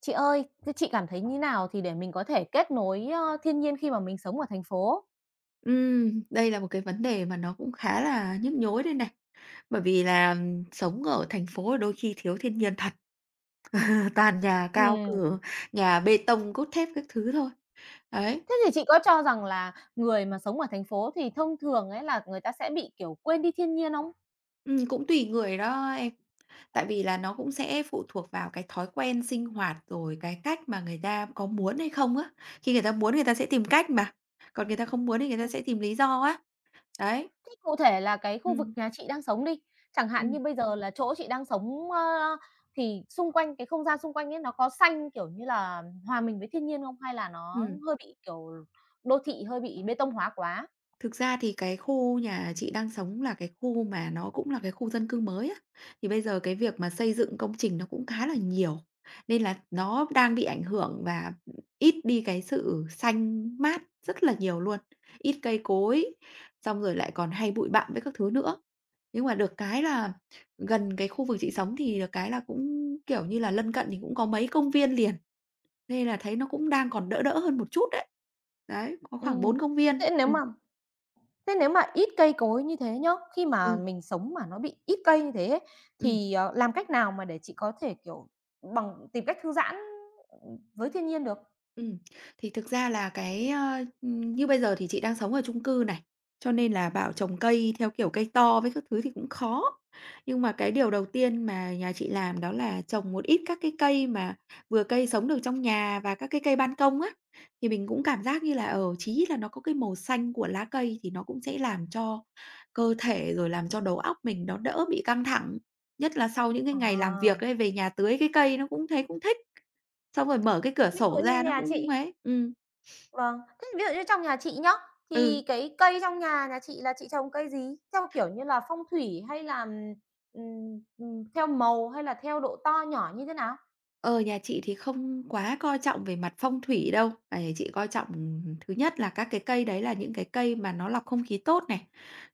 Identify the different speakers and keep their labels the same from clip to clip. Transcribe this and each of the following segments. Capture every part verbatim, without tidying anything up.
Speaker 1: Chị ơi, thế chị cảm thấy như nào thì để mình có thể kết nối, ơ, thiên nhiên khi mà mình sống ở thành phố?
Speaker 2: Ừm, đây là một cái vấn đề mà nó cũng khá là nhức nhối đây này. Bởi vì là ừm, sống ở thành phố đôi khi thiếu thiên nhiên thật, toàn nhà cao
Speaker 1: Ừm.
Speaker 2: cửa, nhà bê tông cốt thép các thứ thôi. Đấy,
Speaker 1: Thế thì chị có cho rằng là người mà sống ở thành phố thì thông thường ấy là người ta sẽ bị, kiểu, quên đi thiên nhiên không?
Speaker 2: ừm, cũng tùy người đó em. Tại vì là nó cũng sẽ phụ thuộc vào cái thói quen sinh hoạt, rồi cái cách mà người ta có muốn hay không á. Khi người ta muốn người ta sẽ tìm cách mà, còn người ta không muốn thì người ta sẽ tìm lý do á. Đấy.
Speaker 1: Thế cụ thể là cái khu vực
Speaker 2: Ừm,
Speaker 1: nhà chị đang sống đi, chẳng hạn như
Speaker 2: ừm,
Speaker 1: bây giờ là chỗ chị đang sống, ơ, thì xung quanh cái không gian xung quanh ấy nó có xanh, kiểu như là, hòa mình với thiên nhiên không? Hay là nó
Speaker 2: ừm.
Speaker 1: hơi bị, kiểu, đô thị hơi bị bê tông hóa quá?
Speaker 2: Thực ra thì cái khu nhà chị đang sống là cái khu mà nó cũng là cái khu dân cư mới á. Thì bây giờ cái việc mà xây dựng công trình nó cũng khá là nhiều, nên là nó đang bị ảnh hưởng và ít đi cái sự xanh mát rất là nhiều luôn, ít cây cối, xong rồi lại còn hay bụi bặm với các thứ nữa. Nhưng mà được cái là gần cái khu vực chị sống thì được cái là cũng, kiểu như là, lân cận thì cũng có mấy công viên liền, nên là thấy nó cũng đang còn đỡ đỡ hơn một chút đấy. Đấy, có
Speaker 1: Ừ.
Speaker 2: khoảng bốn công viên.
Speaker 1: Thế nếu
Speaker 2: Ừm,
Speaker 1: mà Thế nếu mà ít cây cối như thế nhá, khi mà
Speaker 2: ừm,
Speaker 1: mình sống mà nó bị ít cây như thế ấy,
Speaker 2: ừm.
Speaker 1: thì, ờ, làm cách nào mà để chị có thể, kiểu, bằng tìm cách thư giãn với thiên nhiên được?
Speaker 2: Ừm, thì thực ra là cái, ơ, như bây giờ thì chị đang sống ở chung cư này, cho nên là bảo trồng cây theo kiểu cây to với các thứ thì cũng khó. Nhưng mà cái điều đầu tiên mà nhà chị làm đó là trồng một ít các cái cây mà vừa cây sống được trong nhà và các cái cây ban công á, thì mình cũng cảm giác như là, ở chí ít là nó có cái màu xanh của lá cây thì nó cũng sẽ làm cho cơ thể rồi làm cho đầu óc mình nó đỡ bị căng thẳng. Nhất là sau những cái ngày làm việc
Speaker 1: À.
Speaker 2: ấy, về nhà tưới cái cây nó cũng thấy cũng thích. Xong rồi mở cái
Speaker 1: Thế
Speaker 2: cửa
Speaker 1: ví dụ
Speaker 2: sổ
Speaker 1: như
Speaker 2: ra nó
Speaker 1: nhà
Speaker 2: cũng
Speaker 1: chị
Speaker 2: ấy. Ừm.
Speaker 1: Vâng, thế ví dụ như trong nhà chị nhá,
Speaker 2: Ừ,
Speaker 1: thì cái cây trong nhà nhà chị là chị trồng cây gì? Theo kiểu như là phong thủy hay là, ừm, ừm, ừm, theo màu hay là theo độ to nhỏ như thế nào?
Speaker 2: ờ, nhà chị thì không quá coi trọng về mặt phong thủy đâu. À, chị coi trọng, thứ nhất là các cái cây đấy là những cái cây mà nó lọc không khí tốt này,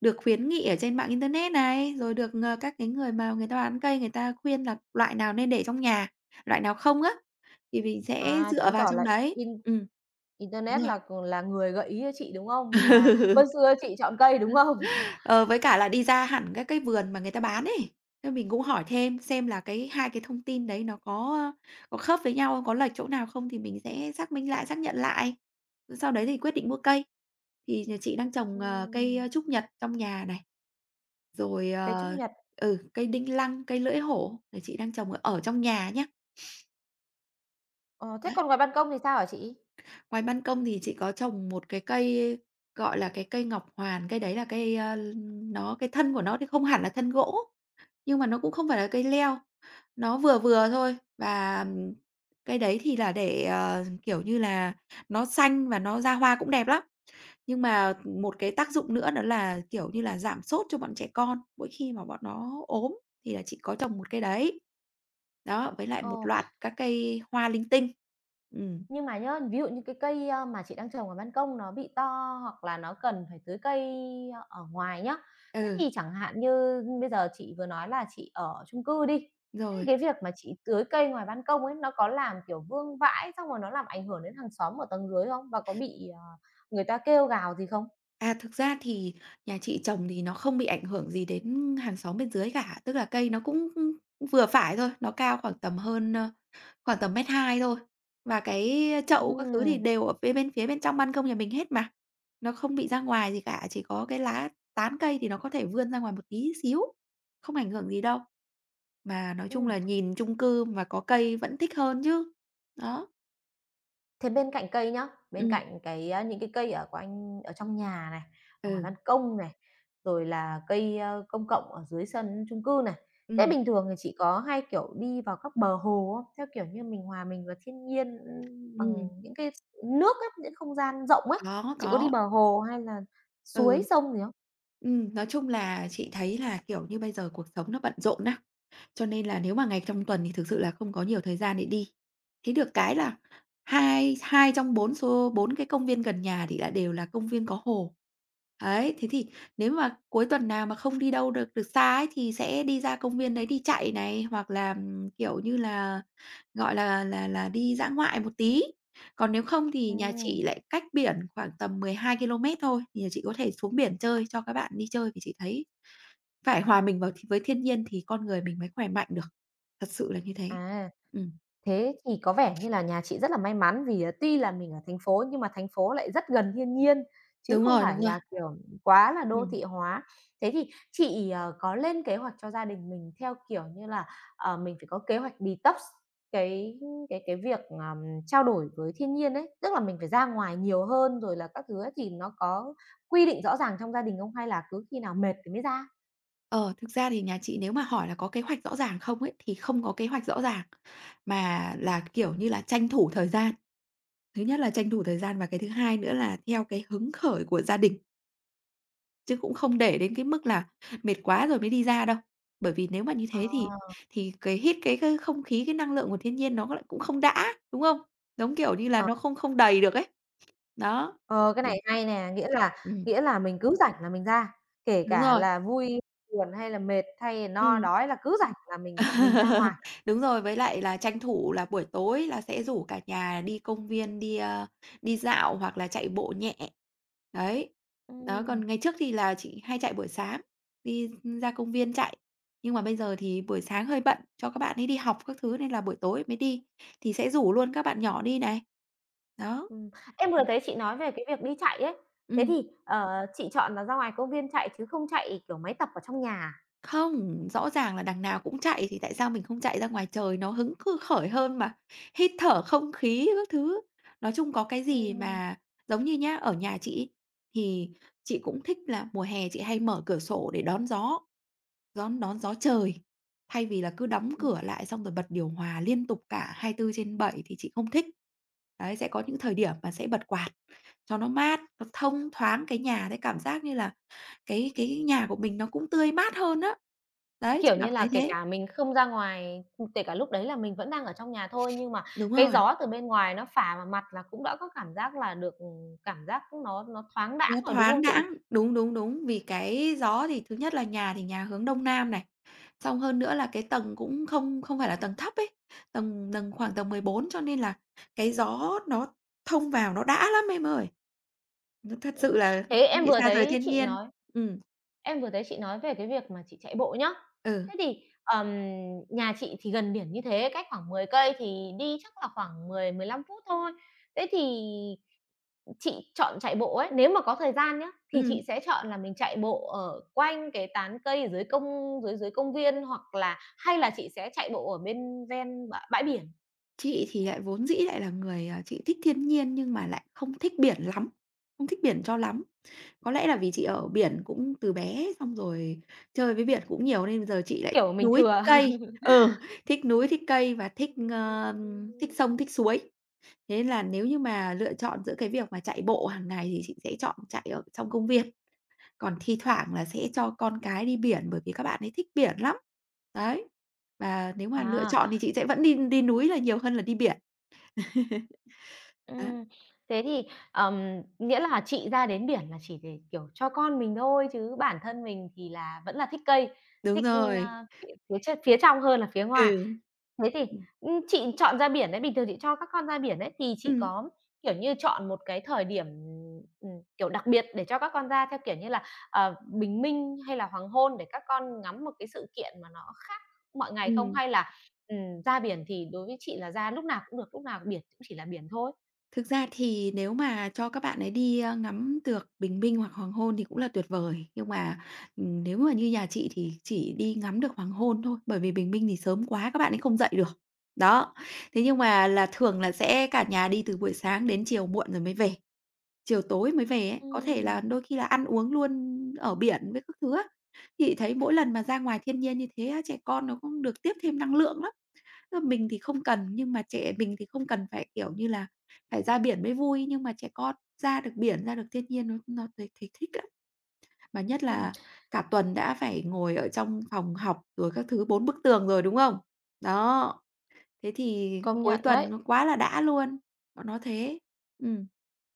Speaker 2: được khuyến nghị ở trên mạng internet này, rồi được, ờ, các cái người mà người ta bán cây người ta khuyên là loại nào nên để trong nhà, loại nào không á, thì mình sẽ
Speaker 1: À,
Speaker 2: dựa
Speaker 1: chứng
Speaker 2: vào
Speaker 1: tỏ
Speaker 2: trong
Speaker 1: là
Speaker 2: đấy.
Speaker 1: in
Speaker 2: Ừ, đúng
Speaker 1: internet
Speaker 2: rồi.
Speaker 1: là ừ, là người gợi ý cho chị, đúng không? Là quân sư cho chị chọn cây, đúng không?
Speaker 2: Ờ, với cả là đi ra hẳn các cái vườn mà người ta bán ấy, thế mình cũng hỏi thêm xem là cái hai cái thông tin đấy nó có, có khớp với nhau không, có lệch chỗ nào không thì mình sẽ xác minh lại, xác nhận lại. Rồi sau đấy thì quyết định mua cây. Thì nhà chị đang trồng, ờ, cây,
Speaker 1: Ừm,
Speaker 2: ơ, trúc nhật trong nhà này, rồi,
Speaker 1: cây trúc
Speaker 2: ờ,
Speaker 1: nhật.
Speaker 2: ừ, cây đinh lăng, cây lưỡi hổ là chị đang trồng ở ở trong nhà nhé.
Speaker 1: Ờ, thế
Speaker 2: Đó,
Speaker 1: còn ngoài ban công thì sao hả chị?
Speaker 2: ngoài ban công thì chị có trồng một cái cây, gọi là, cái cây ngọc hoàn, cây đấy là cây, ơ, nó cái thân của nó thì không hẳn là thân gỗ. Nhưng mà nó cũng không phải là cây leo, nó vừa vừa thôi và, ừm, cây đấy thì là để, ờ, kiểu như là, nó xanh và nó ra hoa cũng đẹp lắm. Nhưng mà một cái tác dụng nữa đó là, kiểu như là, giảm sốt cho bọn trẻ con, mỗi khi mà bọn nó ốm thì là chị có trồng một cây đấy. Đó, với lại
Speaker 1: Ờ,
Speaker 2: một loạt các cây hoa linh tinh. Ừm,
Speaker 1: nhưng mà nhớ ví dụ như cái cây, a, mà chị đang trồng ở ban công nó bị to hoặc là nó cần phải tưới cây ở ngoài nhá, thế
Speaker 2: ừ,
Speaker 1: thì chẳng hạn như bây giờ chị vừa nói là chị ở chung cư đi, thế thì
Speaker 2: rồi.
Speaker 1: cái việc mà chị tưới cây ngoài ban công ấy, nó có làm, kiểu, vương vãi xong rồi nó làm ảnh hưởng đến hàng xóm ở tầng dưới không? Và có bị, ờ, người ta kêu gào gì không?
Speaker 2: À, thực ra thì nhà chị trồng thì nó không bị ảnh hưởng gì đến hàng xóm bên dưới cả, tức là cây nó cũng vừa phải thôi, nó cao khoảng tầm hơn, ơ, khoảng tầm mét hai thôi. Và cái chậu các thứ thì
Speaker 1: Ừm.
Speaker 2: đều ở bên bên phía bên trong ban công nhà mình hết mà, nó không bị ra ngoài gì cả, chỉ có cái lá tán cây thì nó có thể vươn ra ngoài một tí xíu, không ảnh hưởng gì đâu. Mà nói chung là nhìn chung cư mà có cây vẫn thích hơn chứ. Đó.
Speaker 1: Thế bên cạnh cây nhá, bên
Speaker 2: Ừ,
Speaker 1: cạnh cái, a, những cái cây ở của anh ở trong nhà này, ở ngoài
Speaker 2: ừ.
Speaker 1: ban công này, rồi là cây, ơ, công cộng ở dưới sân chung cư này, thế
Speaker 2: Ừ,
Speaker 1: bình thường thì chị có hay, kiểu, đi vào các bờ hồ không? Theo kiểu như mình hòa mình vào thiên nhiên, ưm, bằng
Speaker 2: ừm,
Speaker 1: những cái nước á, những không gian rộng ấy,
Speaker 2: có,
Speaker 1: chị có đi
Speaker 2: có.
Speaker 1: bờ hồ hay là suối
Speaker 2: Ừ.
Speaker 1: sông gì không?
Speaker 2: Ừm, nói chung là chị thấy là, kiểu như, bây giờ cuộc sống nó bận rộn á, cho nên là nếu mà ngày trong tuần thì thực sự là không có nhiều thời gian để đi. Thế được cái là hai hai trong bốn số bốn cái công viên gần nhà thì lại đều là công viên có hồ. Ấy, thế thì nếu mà cuối tuần nào mà không đi đâu được được xa ấy thì sẽ đi ra công viên đấy đi chạy này, hoặc là, ừm, kiểu như là gọi là là là đi dã ngoại một tí. Còn nếu không thì nhà
Speaker 1: Ừm.
Speaker 2: chị lại cách biển khoảng tầm 12 ki-lô-mét thôi, thì nhà chị có thể xuống biển chơi cho các bạn đi chơi, vì chị thấy phải hòa mình vào th với thiên nhiên thì con người mình mới khỏe mạnh được, thật sự là như thế.
Speaker 1: À.
Speaker 2: Ừm,
Speaker 1: Thế thì có vẻ như là nhà chị rất là may mắn vì, à, tuy là mình ở thành phố nhưng mà thành phố lại rất gần thiên nhiên, chứ
Speaker 2: đúng
Speaker 1: không
Speaker 2: rồi,
Speaker 1: phải
Speaker 2: đúng rồi.
Speaker 1: là, kiểu, quá là đô
Speaker 2: Ừm,
Speaker 1: thị hóa. Thế thì chị, ờ, có lên kế hoạch cho gia đình mình theo kiểu như là, ờ, mình phải có kế hoạch detox cái cái cái việc, ờm, trao đổi với thiên nhiên ấy, tức là mình phải ra ngoài nhiều hơn rồi là các thứ ấy, thì nó có quy định rõ ràng trong gia đình không, hay là cứ khi nào mệt thì mới ra?
Speaker 2: ờ, thực ra thì nhà chị nếu mà hỏi là có kế hoạch rõ ràng không ấy, thì không có kế hoạch rõ ràng, mà là, kiểu như là, tranh thủ thời gian. Thứ nhất là tranh thủ thời gian và cái thứ hai nữa là theo cái hứng khởi của gia đình. Chứ cũng không để đến cái mức là mệt quá rồi mới đi ra đâu. Bởi vì nếu mà như
Speaker 1: À.
Speaker 2: thế thì thì cái hít cái cái không khí, cái năng lượng của thiên nhiên nó lại cũng không đã, đúng không? Giống kiểu như là nó không không đầy được ấy. Đó,
Speaker 1: Ờ, cái này
Speaker 2: thì
Speaker 1: hay nè, nghĩa là
Speaker 2: ừm,
Speaker 1: nghĩa là mình cứ rảnh là mình ra, kể
Speaker 2: đúng
Speaker 1: cả
Speaker 2: rồi,
Speaker 1: là vui, buồn hay là mệt hay là no
Speaker 2: ừm.
Speaker 1: đói, là cứ rảnh là mình mình ra ngoài.
Speaker 2: Đúng rồi, với lại là tranh thủ là buổi tối là sẽ rủ cả nhà đi công viên, đi, a, đi dạo hoặc là chạy bộ nhẹ. Đấy, đó,
Speaker 1: Ừm,
Speaker 2: còn ngày trước thì là chị hay chạy buổi sáng, đi ra công viên chạy, nhưng mà bây giờ thì buổi sáng hơi bận cho các bạn ấy đi học các thứ nên là buổi tối mới đi, thì sẽ rủ luôn các bạn nhỏ đi này. Đó.
Speaker 1: ừm. Em
Speaker 2: Ừ.
Speaker 1: vừa thấy chị nói về cái việc đi chạy ấy, thế thì, ờ, chị chọn là ra ngoài công viên chạy chứ không chạy, kiểu, máy tập ở trong nhà à?
Speaker 2: Không, rõ ràng là đằng nào cũng chạy thì tại sao mình không chạy ra ngoài trời nó hứng khư khởi hơn mà, hít thở không khí các thứ. Nói chung có cái gì
Speaker 1: Ừm,
Speaker 2: mà giống như nhá, ở nhà chị ấy, thì chị cũng thích là mùa hè chị hay mở cửa sổ để đón gió, đón đón gió trời. Thay vì là cứ đóng
Speaker 1: ừm.
Speaker 2: cửa lại xong rồi bật điều hòa liên tục cả hai mươi tư trên bảy thì chị không thích. Đấy, sẽ có những thời điểm mà sẽ bật quạt cho nó mát, nó thông thoáng cái nhà đấy, cảm giác như là cái cái nhà của mình nó cũng tươi mát hơn á. Đấy, chị
Speaker 1: Kiểu
Speaker 2: Ngọc
Speaker 1: như là,
Speaker 2: thấy
Speaker 1: kể
Speaker 2: thế.
Speaker 1: cả mình không ra ngoài, ừm, kể cả lúc đấy là mình vẫn đang ở trong nhà thôi, nhưng mà
Speaker 2: Đúng
Speaker 1: cái
Speaker 2: rồi,
Speaker 1: gió từ bên ngoài nó phả vào mặt là cũng đã có cảm giác là được, ừm, cảm giác nó nó thoáng
Speaker 2: nó
Speaker 1: đãng rồi, đúng không
Speaker 2: thoáng
Speaker 1: chị?
Speaker 2: đãng. Đúng, đúng, đúng, vì cái gió thì thứ nhất là nhà thì nhà hướng Đông Nam này, xong hơn nữa là cái tầng cũng không không phải là tầng thấp ấy, tầng tầng khoảng tầng mười bốn cho nên là cái gió nó thông vào nó đã lắm em ơi. Nó thật
Speaker 1: Ừm,
Speaker 2: sự là
Speaker 1: thế
Speaker 2: không
Speaker 1: em
Speaker 2: bị
Speaker 1: vừa
Speaker 2: xa rời
Speaker 1: thấy
Speaker 2: thiên
Speaker 1: chị
Speaker 2: nhiên.
Speaker 1: nói
Speaker 2: Ừm,
Speaker 1: em vừa thấy chị nói về cái việc mà chị chạy bộ nhá.
Speaker 2: ừ,
Speaker 1: Thế thì, ờm, nhà chị thì gần biển như thế, cách khoảng mười cây thì đi chắc là khoảng mười mười 15 phút thôi. Thế thì chị chọn chạy bộ ấy, nếu mà có thời gian nhá, thì chị
Speaker 2: ừm.
Speaker 1: sẽ chọn là mình chạy bộ ở quanh cái tán cây ở dưới công dưới dưới công viên, hoặc là hay là chị sẽ chạy bộ ở bên ven bã bãi biển,
Speaker 2: Chị thì lại vốn dĩ lại là người, à, chị thích thiên nhiên nhưng mà lại không thích biển lắm, không thích biển cho lắm. Có lẽ là vì chị ở biển cũng từ bé, xong rồi chơi với biển cũng nhiều nên giờ chị lại
Speaker 1: kiểu,
Speaker 2: thích
Speaker 1: mình
Speaker 2: núi, thích
Speaker 1: thừa?
Speaker 2: cây. Ừ, thích núi, thích cây và thích, ờ, thích sông, thích suối. Thế nên là nếu như mà lựa chọn giữa cái việc mà chạy bộ hàng ngày thì chị sẽ chọn chạy ở trong công viên, còn thi thoảng là sẽ cho con cái đi biển bởi vì các bạn ấy thích biển lắm. Đấy, và nếu mà lựa
Speaker 1: À.
Speaker 2: chọn thì chị sẽ vẫn đi đi núi là nhiều hơn là đi biển. Đó,
Speaker 1: Ừm. Thế thì, ờm, nghĩa là chị ra đến biển là chỉ để, kiểu, cho con mình thôi chứ bản thân mình thì là vẫn là thích cây,
Speaker 2: đúng
Speaker 1: thích,
Speaker 2: rồi.
Speaker 1: a, phía phía trên phía trong hơn là phía ngoài.
Speaker 2: Ừ,
Speaker 1: Thế thì,
Speaker 2: ừ,
Speaker 1: ưm, chị chọn ra biển đấy, bình thường chị cho các con ra biển đấy thì chị
Speaker 2: ừm.
Speaker 1: có, kiểu như, chọn một cái thời điểm, ừm, kiểu, đặc biệt để cho các con ra theo kiểu như là, ờ, bình minh hay là hoàng hôn để các con ngắm một cái sự kiện mà nó khác mọi ngày không? Hay là, ừm, ra biển thì đối với chị là ra lúc nào cũng được, lúc nào biển cũng chỉ là biển thôi?
Speaker 2: Thực ra thì nếu mà cho các bạn ấy đi, ơ, ngắm được bình minh hoặc hoàng hôn thì cũng là tuyệt vời, nhưng mà, ừm, nếu mà như nhà chị thì chỉ đi ngắm được hoàng hôn thôi, bởi vì bình minh thì sớm quá các bạn ấy không dậy được. Đó, thế nhưng mà là thường là sẽ cả nhà đi từ buổi sáng đến chiều muộn rồi mới về. Chiều tối mới về ấy, có thể
Speaker 1: Ừm,
Speaker 2: là đôi khi là ăn uống luôn ở biển với các thứ á. Thì thấy mỗi lần mà ra ngoài thiên nhiên như thế á, trẻ con nó cũng được tiếp thêm năng lượng lắm. Tức là mình thì không cần, nhưng mà trẻ mình thì không cần phải, kiểu như là, phải ra biển mới vui, nhưng mà trẻ con ra được biển, ra được thiên nhiên nó nó thấy thấy thích lắm. Mà nhất
Speaker 1: ừm,
Speaker 2: là cả tuần đã phải ngồi ở trong phòng học rồi các thứ bốn bức tường rồi, đúng không? Đó, thế thì
Speaker 1: công
Speaker 2: cuối
Speaker 1: nhận
Speaker 2: tuần
Speaker 1: đấy.
Speaker 2: nó quá là đã luôn, bọn nó thế. Ừm.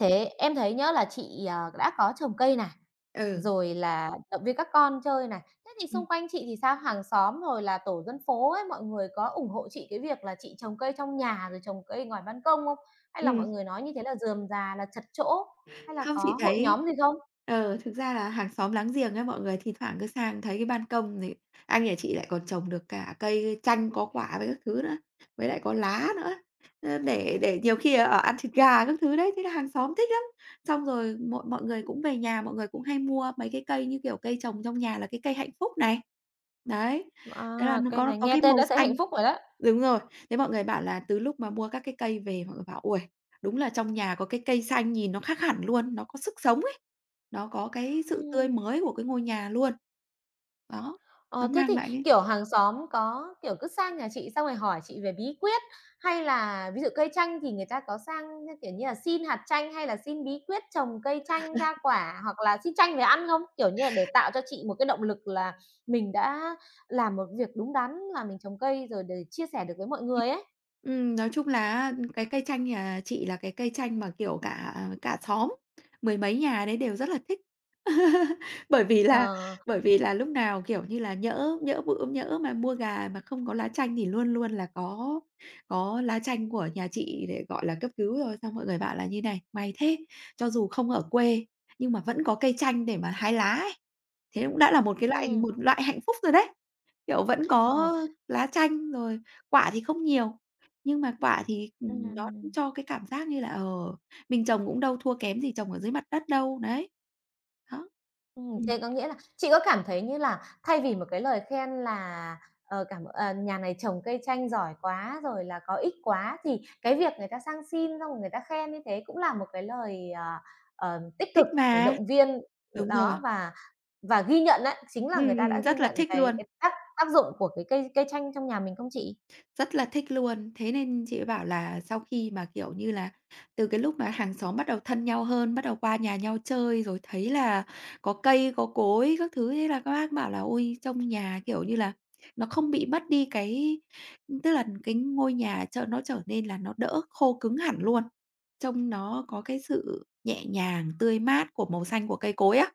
Speaker 1: Thế em thấy nhớ là chị, ờ, đã có trồng cây này,
Speaker 2: Ừ.
Speaker 1: rồi là động viên các con chơi này. Thế thì xung
Speaker 2: Ừm.
Speaker 1: quanh chị thì sao? Hàng xóm rồi là tổ dân phố ấy, mọi người có ủng hộ chị cái việc là chị trồng cây trong nhà rồi trồng cây ngoài ban công không? Hay là mọi
Speaker 2: Ừm.
Speaker 1: người nói như thế là rườm rà, là chật chỗ? Hay là
Speaker 2: Không, chị
Speaker 1: có hội
Speaker 2: thấy
Speaker 1: nhóm gì không?
Speaker 2: ờ, thực ra là hàng xóm láng giềng ấy, mọi người thi thoảng cứ sang thấy cái ban công thì anh nhà chị lại còn trồng được cả cây chanh có quả với các thứ nữa, với lại có lá nữa. Ơ, để để nhiều khi, ở ăn thịt gà các thứ đấy, thế là hàng xóm thích lắm. Xong rồi mọi mọi người cũng về nhà, mọi người cũng hay mua mấy cái cây như kiểu cây trồng trong nhà là cái cây hạnh phúc này. Đấy,
Speaker 1: À,
Speaker 2: thế là nó
Speaker 1: cây
Speaker 2: có
Speaker 1: này
Speaker 2: có
Speaker 1: nghe
Speaker 2: cái
Speaker 1: tên
Speaker 2: màu
Speaker 1: đã thấy hạnh
Speaker 2: xanh,
Speaker 1: phúc rồi đó.
Speaker 2: đúng rồi, thế mọi người bảo là từ lúc mà mua các cái cây về mọi người bảo: "Ôi! Đúng là trong nhà có cái cây xanh nhìn nó khác hẳn luôn, nó có sức sống ấy, nó có cái sự tươi
Speaker 1: Ừm.
Speaker 2: mới của cái ngôi nhà luôn." Đó, nó
Speaker 1: Ờ, thế
Speaker 2: mang
Speaker 1: thì,
Speaker 2: lại cái…
Speaker 1: kiểu, hàng xóm có, kiểu, cứ sang nhà chị xong rồi hỏi chị về bí quyết, hay là ví dụ cây chanh thì người ta có sang, như kiểu như là, xin hạt chanh hay là xin bí quyết trồng cây chanh ra quả, hoặc là xin chanh về ăn không? Kiểu như là, để tạo cho chị một cái động lực là mình đã làm một việc đúng đắn là mình trồng cây rồi để chia sẻ được với mọi người ấy.
Speaker 2: Ừm, nói chung là cái cây chanh nhà chị là cái cây chanh mà, kiểu, cả cả xóm, mười mấy nhà đấy đều rất là thích. Bởi vì là
Speaker 1: Ờ.
Speaker 2: bởi vì là lúc nào, kiểu như là, nhỡ nhỡ bữa nhỡ mà mua gà mà không có lá chanh thì luôn luôn là có có lá chanh của nhà chị để, gọi là, cấp cứu rồi. Xong mọi người bảo là như này: "May thế, cho dù không ở quê nhưng mà vẫn có cây chanh để mà hái lá ấy." Thế cũng đã là một cái loại
Speaker 1: Ừ.
Speaker 2: một loại hạnh phúc rồi đấy. Kiểu, vẫn
Speaker 1: Ờ.
Speaker 2: có lá chanh, rồi quả thì không nhiều, nhưng mà quả thì, ừm, nó cũng
Speaker 1: Ừm.
Speaker 2: cho cái cảm giác như là, ờ, mình trồng cũng đâu thua kém gì trồng ở dưới mặt đất đâu, đấy. Đó.
Speaker 1: Ừm,
Speaker 2: Ừm,
Speaker 1: thế có nghĩa là chị có cảm thấy như là thay vì một cái lời khen là, ờ, cảm ờ, "Nhà này trồng cây chanh giỏi quá", rồi là "Có ích quá", thì cái việc người ta sang xin xong rồi người ta khen như thế cũng là một cái lời, ờ, ờ, tích cực
Speaker 2: thích
Speaker 1: để
Speaker 2: mà,
Speaker 1: động viên, ừ,
Speaker 2: đúng rồi,
Speaker 1: đó, và và ghi nhận đấy chính là người
Speaker 2: ừm,
Speaker 1: ta đã
Speaker 2: ừm,
Speaker 1: ghi
Speaker 2: rất là
Speaker 1: nhận
Speaker 2: thích
Speaker 1: cái
Speaker 2: luôn.
Speaker 1: cái tác tác dụng của cái cây cây chanh trong nhà mình, không chị?
Speaker 2: Rất là thích luôn. Thế nên chị mới bảo là sau khi mà, kiểu như là, từ cái lúc mà hàng xóm bắt đầu thân nhau hơn, bắt đầu qua nhà nhau chơi rồi thấy là có cây, có cối các thứ, thế là các bác bảo là "Ôi, trông nhà, kiểu như là, nó không bị mất đi cái… tức là cái ngôi nhà trở nó trở nên là nó đỡ khô cứng hẳn luôn, trông nó có cái sự nhẹ nhàng, tươi mát của màu xanh của cây cối á."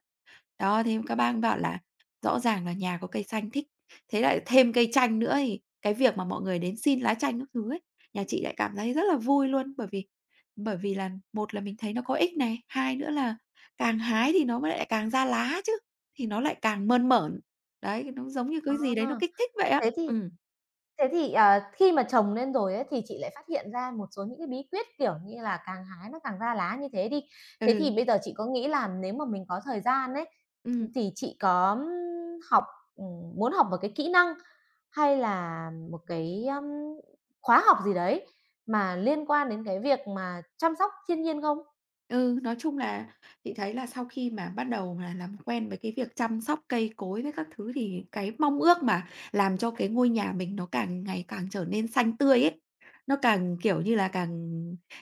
Speaker 2: Đó, thế các bác bảo là rõ ràng là nhà có cây xanh thích, thế lại thêm cây chanh nữa thì cái việc mà mọi người đến xin lá chanh các thứ ấy, nhà chị lại cảm thấy rất là vui luôn. Bởi vì bởi vì là một là mình thấy nó có ích này, hai nữa là càng hái thì nó mới lại càng ra lá chứ, thì nó lại càng mơn mởn. Đấy, nó giống như cái gì đấy nó
Speaker 1: À,
Speaker 2: kích thích vậy á.
Speaker 1: thế thì
Speaker 2: Ừ,
Speaker 1: Thế thì, ờ, khi mà trồng lên rồi ấy, thì chị lại phát hiện ra một số những cái bí quyết, kiểu như là, càng hái nó càng ra lá như thế đi. Thế thì
Speaker 2: ừ,
Speaker 1: bây giờ chị có nghĩ là nếu mà mình có thời gian ấy,
Speaker 2: ừm.
Speaker 1: thì chị có, ưm, học ừm, muốn học một cái kỹ năng hay là một cái, ưm, khóa học gì đấy mà liên quan đến cái việc mà chăm sóc thiên nhiên không?
Speaker 2: Ừ, nói chung là chị thấy là sau khi mà bắt đầu mà làm quen với cái việc chăm sóc cây cối với các thứ thì cái mong ước mà làm cho cái ngôi nhà mình nó càng ngày càng trở nên xanh tươi ấy, nó càng, kiểu như là, càng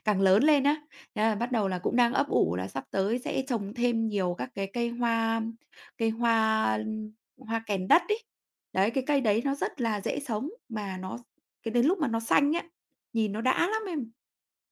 Speaker 2: càng lớn lên á. Thế là bắt đầu là cũng đang ấp ủ là sắp tới sẽ trồng thêm nhiều các cái cây hoa cây hoa hoa kèn đất ấy. Đấy, cái cây đấy nó rất là dễ sống, mà nó cái đến lúc mà nó xanh ấy, nhìn nó đã lắm em.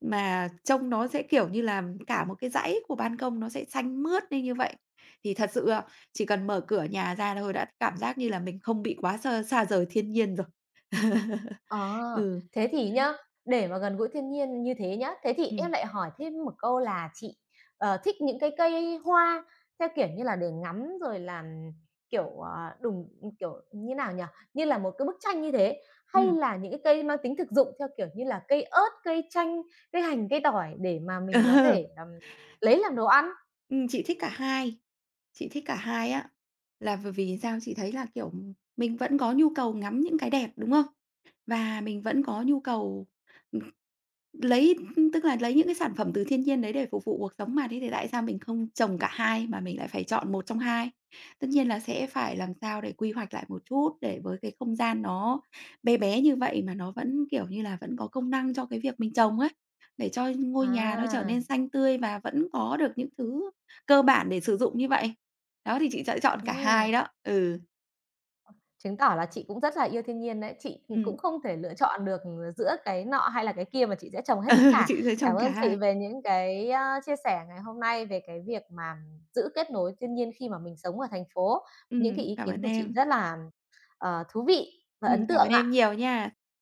Speaker 2: Mà trông nó sẽ, kiểu như là, cả một cái dãy của ban công nó sẽ xanh mướt lên như vậy. Thì thật sự, à, chỉ cần mở cửa nhà ra thôi đã cảm giác như là mình không bị quá xa xa rời thiên nhiên rồi.
Speaker 1: Ờ,
Speaker 2: Ừ.
Speaker 1: thế thì nhá, để mà gần gũi thiên nhiên như thế nhá, thế thì
Speaker 2: Ừm.
Speaker 1: em lại hỏi thêm một câu là chị, ờ, thích những cái cây hoa theo kiểu như là để ngắm rồi là, kiểu, à, đùng kiểu, như nào nhỉ? Như là một cái bức tranh như thế, hay
Speaker 2: Ừm.
Speaker 1: là những cái cây mang tính thực dụng theo kiểu như là cây ớt, cây chanh, cây hành, cây tỏi để mà mình có thể, ừm, lấy làm đồ ăn?
Speaker 2: Ừm, chị thích cả hai, chị thích cả hai á, là bởi vì sao? Chị thấy là, kiểu, mình vẫn có nhu cầu ngắm những cái đẹp, đúng không? Và mình vẫn có nhu cầu, ừm, lấy… tức là lấy những cái sản phẩm từ thiên nhiên đấy để phục vụ cuộc sống mà, thế thì tại sao mình không trồng cả hai mà mình lại phải chọn một trong hai? Tất nhiên là sẽ phải làm sao để quy hoạch lại một chút, để với cái không gian nó bé bé như vậy mà nó vẫn, kiểu như là, vẫn có công năng cho cái việc mình trồng ấy, để cho ngôi nhà nó trở
Speaker 1: À,
Speaker 2: nên xanh tươi và vẫn có được những thứ cơ bản để sử dụng như vậy. Đó, thì chị sẽ chọn cả
Speaker 1: ừm.
Speaker 2: hai đó. Ừ,
Speaker 1: Chứng tỏ là chị cũng rất là yêu thiên nhiên đấy. Chị, ừm, cũng
Speaker 2: ừm,
Speaker 1: không thể lựa chọn được, ờ, giữa cái nọ hay là cái kia mà chị sẽ trồng hết tất
Speaker 2: ừ,
Speaker 1: cả.
Speaker 2: chị sẽ
Speaker 1: Cảm
Speaker 2: trồng cả
Speaker 1: ơn chị
Speaker 2: hai.
Speaker 1: về những cái, a, chia sẻ ngày hôm nay về cái việc mà giữ kết nối thiên nhiên khi mà mình sống ở thành phố. Những cái
Speaker 2: Ừm,
Speaker 1: ý
Speaker 2: cảm
Speaker 1: kiến
Speaker 2: ơn
Speaker 1: của chị
Speaker 2: em.
Speaker 1: rất là, ờ, thú vị và
Speaker 2: Ừm,
Speaker 1: ấn
Speaker 2: cảm ơn
Speaker 1: tượng
Speaker 2: em
Speaker 1: ạ.
Speaker 2: nhiều nha.